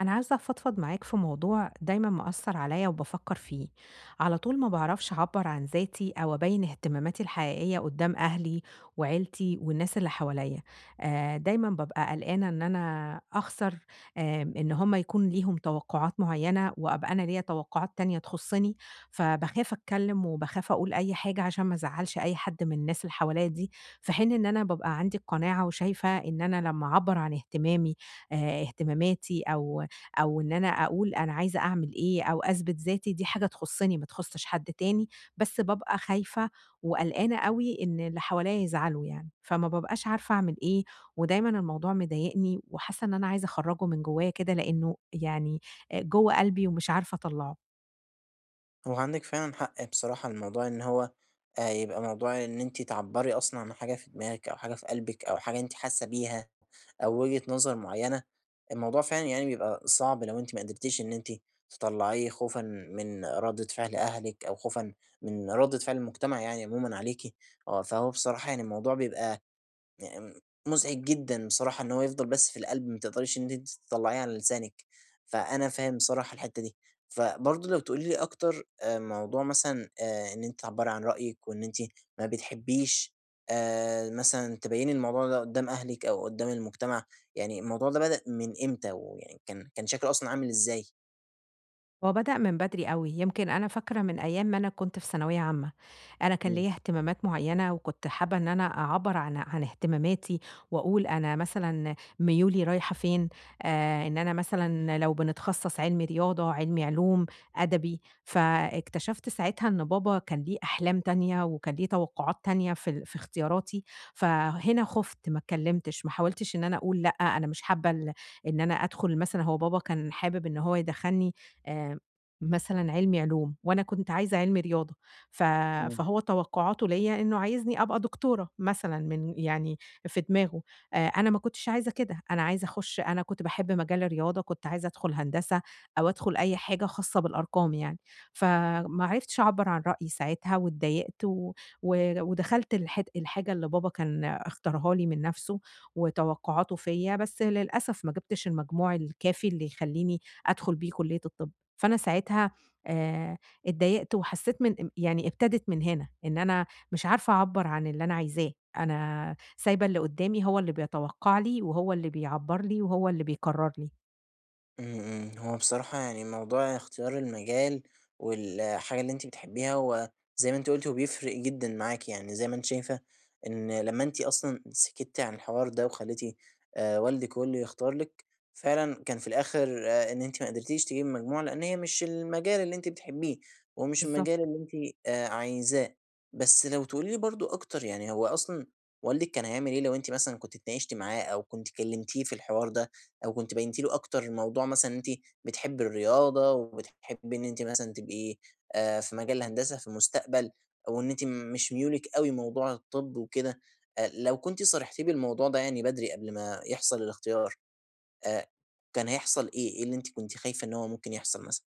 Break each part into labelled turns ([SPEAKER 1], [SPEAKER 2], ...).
[SPEAKER 1] أنا عايزة أفضفض معاك في موضوع دايمًا مأثّر عليّا وبافكّر فيه، على طول ما باعرفش أعبّر عن ذاتي أو أبيّن اهتماماتي الحقيقية قدّام أهلي وعيلتي والناس اللي حواليّا. دايمًا بابقى قلقانة إن أنا أخسر، إن هُم يكون ليهم توقعات معيّنة وأبقى أنا ليّا توقعات تانية تخُصّني، فباخاف أتكلّم وباخاف أقول أي حاجة عشان ما أزعّلش أي حد من الناس اللي حواليّا دي، في حين إن أنا بابقى عندي القناعة وشايفة إن أنا لمّا أعبّر عن اهتمامي، اهتماماتي أو إن أنا أقول أنا عايزة أعمل إيه أو أثبت ذاتي، دي حاجة تخُصّني ما تخُصّش حد تاني. بس بابقى خايفة وقلقانة أوي إن اللي حواليّا يزعلوا يعني، فما بابقاش عارفة أعمل إيه، ودايمًا الموضوع مضايقني وحاسة إن أنا عايزة أخرّجه من جوّايا كده لإنه يعني جوّه قلبي ومش عارفة أطلّعه.
[SPEAKER 2] هو عندِك فعلًا حق بصراحة، الموضوع إن هو يبقى موضوع إن أنتِ تعبّري أصلًا عن حاجة في دماغِك أو حاجة في قلبِك أو حاجة أنتِ حاسة بيها أو وجهة نظر معيّنة، الموضوع فعلًا يعني بيبقى صعب لو أنتِ ما قدرتيش إن أنتِ تطلّعيه خوفًا من ردّة فعل أهلِك أو خوفًا من ردّة فعل المجتمع يعني عمومًا عليكِ، آه، فهو بصراحة يعني الموضوع بيبقى م مُزعج جدًا بصراحة إن هو يفضل بس في القلب، ما تقدريش إن أنتِ تطلّعيه على لسانِك، فأنا فاهم بصراحة الحتّة دي. فبرضه لو تقولي لي أكتر موضوع مثلًا إن أنتِ تعبّري عن رأيِك وإن أنتِ ما بتحبّيش مثلًا تبيّني الموضوع ده قُدّام أهلِك أو قُدّام المجتمع، يعني الموضوع ده بدأ من إمتى ويعني كان شكله أصلًا عامل إزاي؟
[SPEAKER 1] هو بدأ من بدري أوي، يمكن أنا فاكرة من أيام ما أنا كنت في ثانوية عامة، أنا كان
[SPEAKER 2] إمم،
[SPEAKER 1] ليّا اهتمامات معيّنة وكنت حابة إن أنا أعبّر عن اهتماماتي وأقول أنا مثلًا ميولي رايحة فين، إن أنا مثلًا لو بنتخصص علمي رياضة، علمي علوم، أدبي، فاكتشفت ساعتها إن بابا كان ليه أحلام تانية وكان ليه توقعات تانية في اختياراتي، فهنا خُفت ما اتكلّمتش، ما حاولتش إن أنا أقول لأ، أنا مش حابة إن أنا أدخل، مثلًا هو بابا كان حابب إن هو يدخّلني آآ مثلًا علمي علوم، وأنا كنت عايزة علمي رياضة، ف
[SPEAKER 2] إمم.
[SPEAKER 1] فهو توقعاته ليّا إنه عايزني أبقى دكتورة مثلًا من يعني في دماغه. أنا ما كنتش عايزة كده، أنا عايزة أخُش، أنا كنت باحب مجال الرياضة، كنت عايزة أدخل هندسة أو أدخل أي حاجة خاصة بالأرقام يعني، فما عرفتش أعبّر عن رأيي ساعتها واتضايقت و و ودخلت الحاجة اللي بابا كان اختارها لي من نَفْسه وتوقعاته فيّا، بس للأسف ما جِبتش المجموع الكافي اللي يخلّيني أدخل بيه كلية الطِب. فأنا ساعتها آآ اتضايقت وحسّيت من يعني ابتدِت من هنا، إن أنا مش عارفة أعبّر عن اللي أنا عايزاه، أنا سايبة اللي قُدّامي هو اللي بيتوقّع لي وهو اللي بيعبّر لي وهو اللي بيقرّر لي.
[SPEAKER 2] إمم، إمم، هو بصراحة يعني موضوع اختيار المجال والحاجة اللي أنتِ بتحبيها هو زي ما أنتِ قُلتِ هو بيفرق جدًا معاكِ، يعني زي ما أنتِ شايفة إن لمّا أنتِ أصلًا سكتِّ عن الحوار ده وخلّيتِ والدِك هو اللي يختار لِك، فعلًا كان في الآخر إن أنتِ ما قدرتيش تجيبي مجموع لإن هي مش المجال اللي أنتِ بتحبيه، ومش المجال
[SPEAKER 1] بالضبط.
[SPEAKER 2] اللي أنتِ عايزاه. بس لو تقولي لي برضه أكتر يعني هو أصلًا والدِك كان هيعمل إيه لو أنتِ مثلًا كنتِ اتناقشتِ معاه أو كنتِ كلمتيه في الحوار ده؟ أو كنتِ بيّنتِ له أكتر موضوع مثلًا إن أنتِ بتحبّي الرياضة، وبتحبّي إن أنتِ مثلًا تبقي في مجال الهندسة في المستقبل، أو إن أنتِ مش ميولِك أوي موضوع الطب وكده، لو كنتِ صارحتيه بالموضوع ده يعني بدري قبل ما يحصل الاختيار، آآ كان هيحصل إيه؟ إيه اللي أنتِ كنتِ خايفة إن هو ممكن يحصل مثلًا؟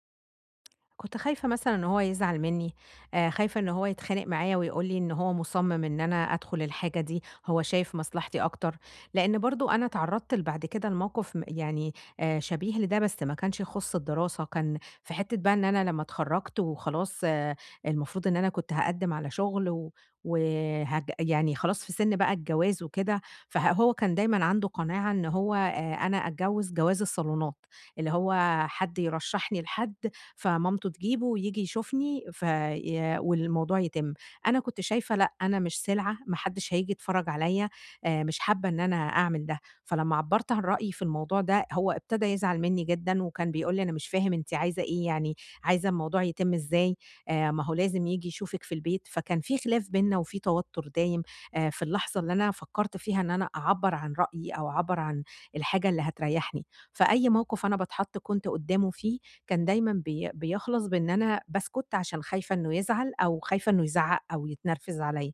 [SPEAKER 1] كنت خايفة مثلًا إن هو يزعل منّي، خايفة إن هو يتخانق معايا ويقول لي إن هو مُصمِّم إن أنا أدخل الحاجة دي، هو شايف مصلحتي أكتر، لإن برضه أنا اتعرّضت بعد كده لموقف يعني شبيه لده بس ما كانش يخُص الدراسة، كان في حتّة بقى إن أنا لمّا اتخرّجت وخلاص، المفروض إن أنا كنت هاقدِّم على شُغل يعني خلاص في سِن بقى الجواز وكده، فهو كان دايمًا عنده قناعة إن هو أنا أتجوّز جواز الصالونات، اللي هو حد يرشّحني لحد فمامته تجيبه وييجي يشوفني في والموضوع يتم. أنا كنت شايفة لأ، أنا مش سلعة، ما حدش هييجي يتفرّج عليَّ، مش حابة إن أنا أعمل ده. فلمّا عبّرت عن رأيي في الموضوع ده، هو ابتدى يزعل منّي جدًا وكان بيقول لي: "أنا مش فاهم أنتِ عايزة إيه يعني، عايزة الموضوع يتم إزاي؟ ما هو لازم ييجي يشوفِك في البيت." فكان في خلاف بيننا وفي توتُّر دايم، في اللحظة اللي أنا فكّرت فيها إن أنا أعبّر عن رأيي أو أعبّر عن الحاجة اللي هتريّحني. فأي موقف أنا باتحط كنت قدّامه فيه، كان دايمًا بيخلص بإن أنا باسكت عشان خايفة إنه يزعل أو خايفة إنه يزعّق أو يتنرفز عليّا.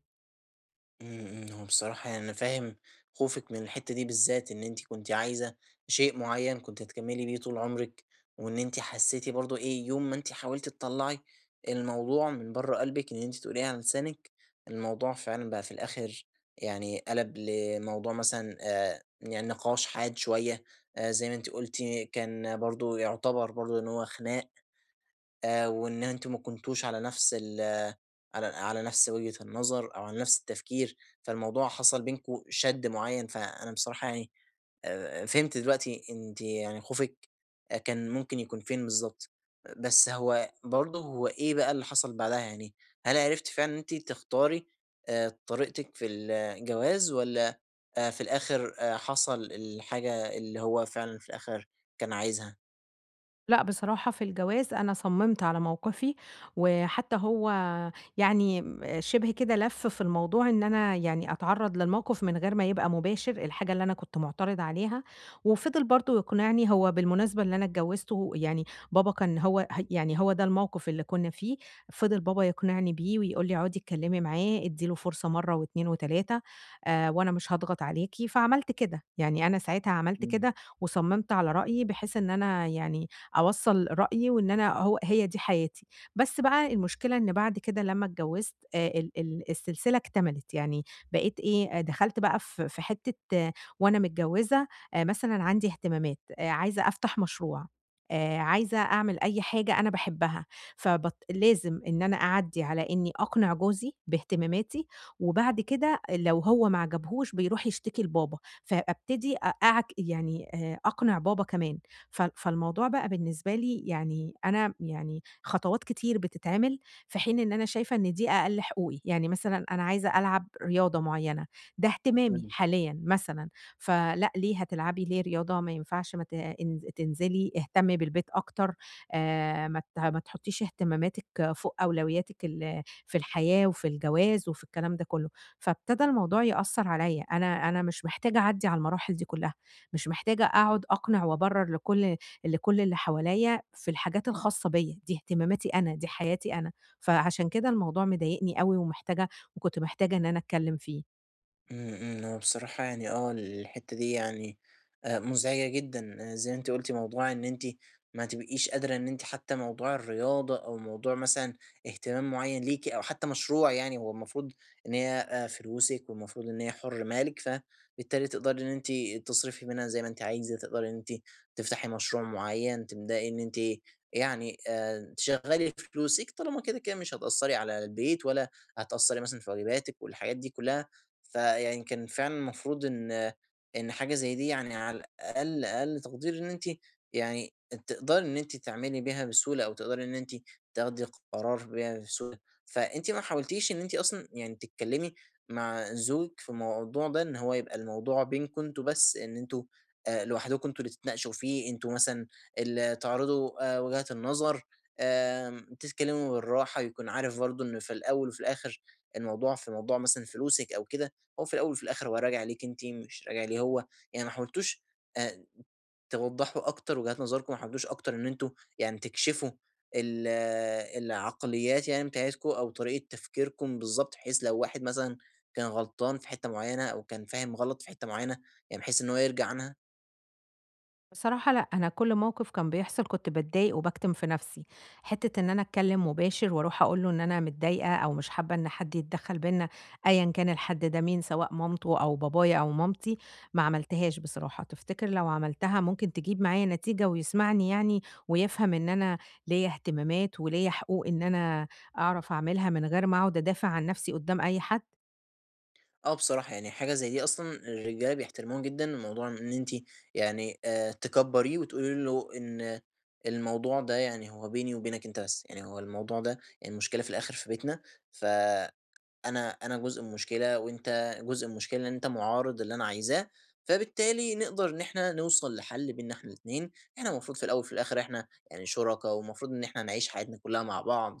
[SPEAKER 2] إمم، إمم، هو بصراحة يعني أنا فاهم خوفِك من الحتّة دي بالذات، إن أنتِ كنتِ عايزة شيء معيّن كنتِ هتكمّلي بيه طول عمرِك، وإن أنتِ حسّيتِ برضه إيه، يوم ما أنتِ حاولتِ تطلّعي الموضوع من برّه قلبِك إن أنتِ تقوليه على لسانِك، الموضوع فعلًا بقى في الآخِر يعني قَلَب لموضوع مثلًا، يعني نقاش حاد شوية، زي ما أنتِ قُلتِ كان برضه يعتبر برضه إن هو خِناق. وإن أنتم ما كنتوش على نفس على نفس وجهة النظر أو على نفس التفكير، فالموضوع حصل بينكم شَد معيّن، فأنا بصراحة يعني فهمت دلوقتي أنتِ يعني خوفِك كان ممكن يكون فين بالضبط، بس هو برضه إيه بقى اللي حصل بعدها يعني، هل عرفتِ فعلًا إن أنتِ تختاري طريقتِك في الجواز والّا في الآخر حصل الحاجة اللي هو فعلًا في الآخر كان عايزها؟
[SPEAKER 1] لأ، بصراحة في الجواز أنا صممت على موقفي، وحتى هو يعني شِبه كده لَف في الموضوع إن أنا يعني أتعرّض للموقف من غير ما يبقى مباشر، الحاجة اللي أنا كنت معترضة عليها، وفضل برضه يقنعني هو بالمناسبة، اللي أنا اتجوّزته يعني بابا كان هو يعني هو ده الموقف اللي كُنّا فيه، فضل بابا يقنعني بيه ويقول لي: "اقعدي اتكلّمي معاه، ادّي له فرصة مرّة و2 و3، وأنا مش هاضغط عليكِ." فعملت كده، يعني أنا ساعتها عملت
[SPEAKER 2] إمم،
[SPEAKER 1] كده وصممت على رأيي بحيث إن أنا يعني أوصّل رأيي وإن أنا هي دي حياتي. بس بقى المشكلة إن بعد كده لمّا اتجوّزت، ال ال السلسلة اكتملت، يعني بقيت إيه، آه، دخلت بقى في حتّة آه، وأنا متجوّزة مثلًا عندي اهتمامات، عايزة أفتح مشروع، عايزة أعمل أي حاجة أنا باحبّها، لازم إن أنا أعدّي على إنّي أقنع جوزي باهتماماتي، وبعد كده لو هو ما عجبهوش بيروح يشتكي لبابا، فأبتدي أ أعك يعني أقنع بابا كمان. فالموضوع بقى بالنسبة لي يعني أنا يعني خطوات كتير بتتعمل، في حين إن أنا شايفة إن دي أقل حقوقي، يعني مثلًا أنا عايزة ألعب رياضة معيّنة، ده اهتمامي
[SPEAKER 2] إمم.
[SPEAKER 1] حاليًا مثلًا، فلأ ليه هتلعبي ليه رياضة ما ينفعش ما ت إن تنزلي، اهتمي بالبيت أكتر، ما تحطيش اهتماماتِك فوق أولوياتِك في الحياة وفي الجواز وفي الكلام ده كلّه، فابتدى الموضوع يأثّر عليَّ، أنا مش محتاجة أعدّي على المراحل دي كلّها. مش محتاجة أقعد أقنع وأبرر لكل اللي حواليّا في الحاجات الخاصة بيّا، دي اهتماماتي أنا، دي حياتي أنا، فعشان كده الموضوع مضايقني أوي ومحتاجة، وكنت محتاجة إن أنا أتكلم فيه.
[SPEAKER 2] إمم، إمم، هو بصراحة يعني آه، الحتّة دي يعني مُزعجة جدًا، آه، زي ما أنتِ قُلتِ موضوع إن أنتِ ما تبقيش قادرة إن أنتِ حتى موضوع الرياضة أو موضوع مثلًا اهتمام معيّن ليكِ أو حتى مشروع يعني هو المفروض إن هي فلوسِك والمفروض إن هي حُر مالِك، فبالتالي تقدري إن أنتِ تصرفي منها زي ما أنتِ عايزة، تقدري إن أنتِ تفتحي مشروع معيّن، تبدئي إن أنتِ يعني تشغّلي فلوسِك طالما كده، كده مش هتأثّري على البيت ولا هتأثّري مثلًا في واجباتِك والحاجات دي كُلّها، فيعني كان فعلًا المفروض إن حاجة زي دي يعني على الأقل أقل تقدير إن أنتِ يعني تقدري إن أنتِ تعملي بيها بسهولة، أو تقدري إن أنتِ تاخدي قرار بيها بسهولة. فأنتِ ما حاولتيش إن أنتِ أصلًا يعني تتكلمي مع زوجِك في الموضوع ده، إن هو يبقى الموضوع بينكم أنتم بس، إن أنتم لوحدكم أنتم اللي تتناقشوا فيه، أنتم مثلًا اللي تعرضوا وجهات النظر، تتكلموا بالراحة، يكون عارف برضه إن في الأول وفي الآخر الموضوع في موضوع مثلًا فلوسِك أو كده. هو في الأول وفي الآخر هو راجع ليكِ أنتِ، مش راجع ليه هو، يعني ما حاولتوش آآ توضّحوا أكتر وجهات نظركم، ما حاولتوش أكتر إن أنتم يعني تكشفوا آه، العقليات يعني بتاعتكم أو طريقة تفكيركم بالضبط، بحيث لو واحد مثلًا كان غلطان في حتّة معيّنة أو كان فاهم غلط في حتّة معيّنة، يعني بحيث إن هو يرجع عنها؟
[SPEAKER 1] بصراحة لأ، أنا كل موقف كان بيحصل كنت باتضايق وباكتم في نفسي، حتة إن أنا أتكلم مباشر وأروح أقول له إن أنا متضايقة أو مش حابة إن حد يتدخل بينا أيًا كان الحد ده مين، سواء مامته أو بابايا أو مامتي، ما عملتهاش بصراحة. تفتكر لو عملتها ممكن تجيب معايا نتيجة ويسمعني يعني ويفهم إن أنا ليّا اهتمامات وليّا حقوق إن أنا أعرف أعملها من غير ما أقعد أدافع عن نفسي قدام أي حد؟
[SPEAKER 2] آه بصراحة يعني حاجة زي دي أصلًا الرجالة بيحترموها جدًا، موضوع إن أنتِ يعني تكبّريه وتقولي له إن الموضوع ده يعني هو بيني وبينك أنت بس، يعني هو الموضوع ده يعني المشكلة في الآخر في بيتنا، ف أنا جزء من المشكلة وأنت جزء من المشكلة، لإن أنت معارض للي أنا عايزاه، فبالتالي نقدر إن إحنا نوصل لحل بيننا إحنا الاتنين، إحنا المفروض في الأول وفي الآخر إحنا يعني شُركا والمفروض إن إحنا نعيش حياتنا كلّها مع بعض،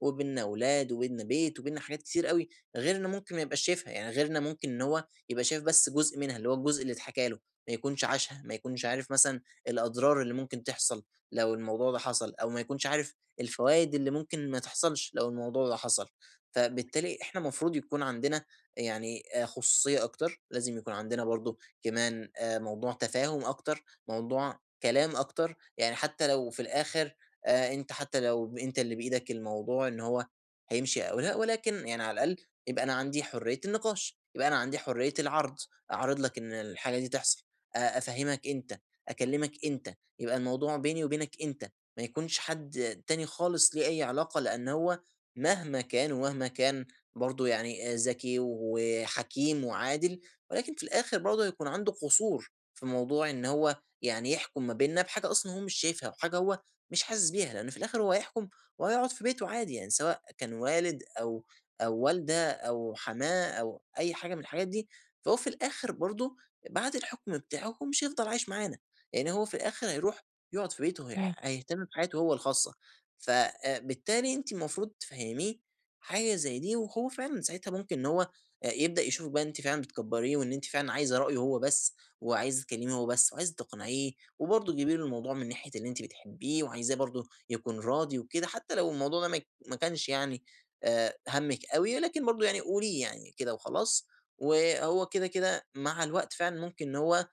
[SPEAKER 2] وبيننا أولاد وبيننا بيت وبيننا حاجات كتير أوي، غيرنا ممكن ما يبقاش شايفها، يعني غيرنا ممكن إن هو يبقى شايف بس جزء منها، اللي هو الجزء اللي اتحكى له، ما يكونش عاشها، ما يكونش عارف مثلًا الأضرار اللي ممكن تحصل لو الموضوع ده حصل، أو ما يكونش عارف الفوايد اللي ممكن ما تحصلش لو الموضوع ده حصل. فبالتالي إحنا المفروض يكون عندنا يعني خصوصية أكتر، لازم يكون عندنا برضه كمان موضوع تفاهم أكتر، موضوع كلام أكتر، يعني حتى لو في الآخر أنت حتى لو ب أنت اللي بإيدك الموضوع إن هو هيمشي أو لأ، ولكن يعني على الأقل يبقى أنا عندي حرية النقاش، يبقى أنا عندي حرية العرض، أعرض لك إن الحاجة دي تحصل، أفهّمك أنت، أكلّمك أنت، يبقى الموضوع بيني وبينك أنت، ما يكونش حد تاني خالص ليه أي علاقة، لأن هو مهما كان برضه يعني ذكي وحكيم وعادل، ولكن في الآخر برضه هيكون عنده قصور في موضوع إن هو يعني يحكم ما بيننا بحاجة أصلًا هو مش شايفها وحاجة هو مش حاسس بيها، لإن في الآخر هو هيحكم وهيقعد في بيته عادي يعني سواء كان والد أو والدة أو حماه أو أي حاجة من الحاجات دي، فهو في الآخر برضه بعد الحكم بتاعه هو مش هيفضل عايش معانا، يعني هو في الآخر هيروح يقعد في بيته
[SPEAKER 1] فاهماك.
[SPEAKER 2] هيهتم بحياته هو الخاصة. فبالتالي أنتِ المفروض تفهّميه حاجة زي دي، وهو فعلًا ساعتها ممكن إن هو يبدأ يشوفِك بقى أنتِ فعلًا بتكبّريه، وإن أنتِ فعلًا عايزة رأيه هو بس، وعايزة تكلميه هو بس، وعايزة تقنعيه، وبرضه تجيبي له الموضوع من ناحية اللي أنتِ بتحبيه، وعايزاه برضه يكون راضي وكده، حتى لو الموضوع ده ما كانش يعني هَمِّك أوي، لكن برضه يعني قوليه يعني كده وخلاص، وهو كده، مع الوقت فعلًا ممكن إن هو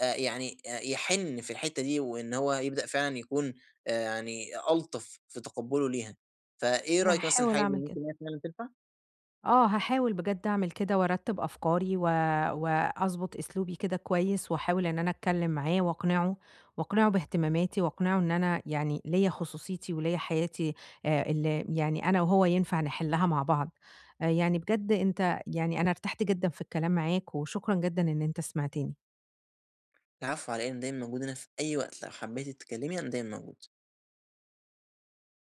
[SPEAKER 2] يعني يحِن في الحتّة دي، وإن هو يبدأ فعلًا يكون يعني ألطف في تقبُّله ليها. فإيه
[SPEAKER 1] أنا
[SPEAKER 2] رأيك مثلًا
[SPEAKER 1] هاحاول
[SPEAKER 2] الحاجة دي
[SPEAKER 1] أعمل
[SPEAKER 2] ممكن
[SPEAKER 1] كده.
[SPEAKER 2] إن هي فعلًا تنفع؟
[SPEAKER 1] آه، هاحاول بجد أعمل كده وأرتّب أفكاري وأضبط أسلوبي كده كويس وأحاول إن أنا أتكلّم معاه وأقنعه، وأقنعه باهتماماتي وأقنعه إن أنا يعني ليّا خصوصيتي وليّا حياتي ال يعني أنا وهو ينفع نحلّها مع بعض. يعني بجد أنت يعني أنا ارتحت جدًا في الكلام معاك وشكرًا جدًا إن أنت سمعتني.
[SPEAKER 2] العفو على إيه، أنا دايمًا موجود هنا في أي وقت، لو حبّيتِ تتكلّمي أنا دايمًا موجود.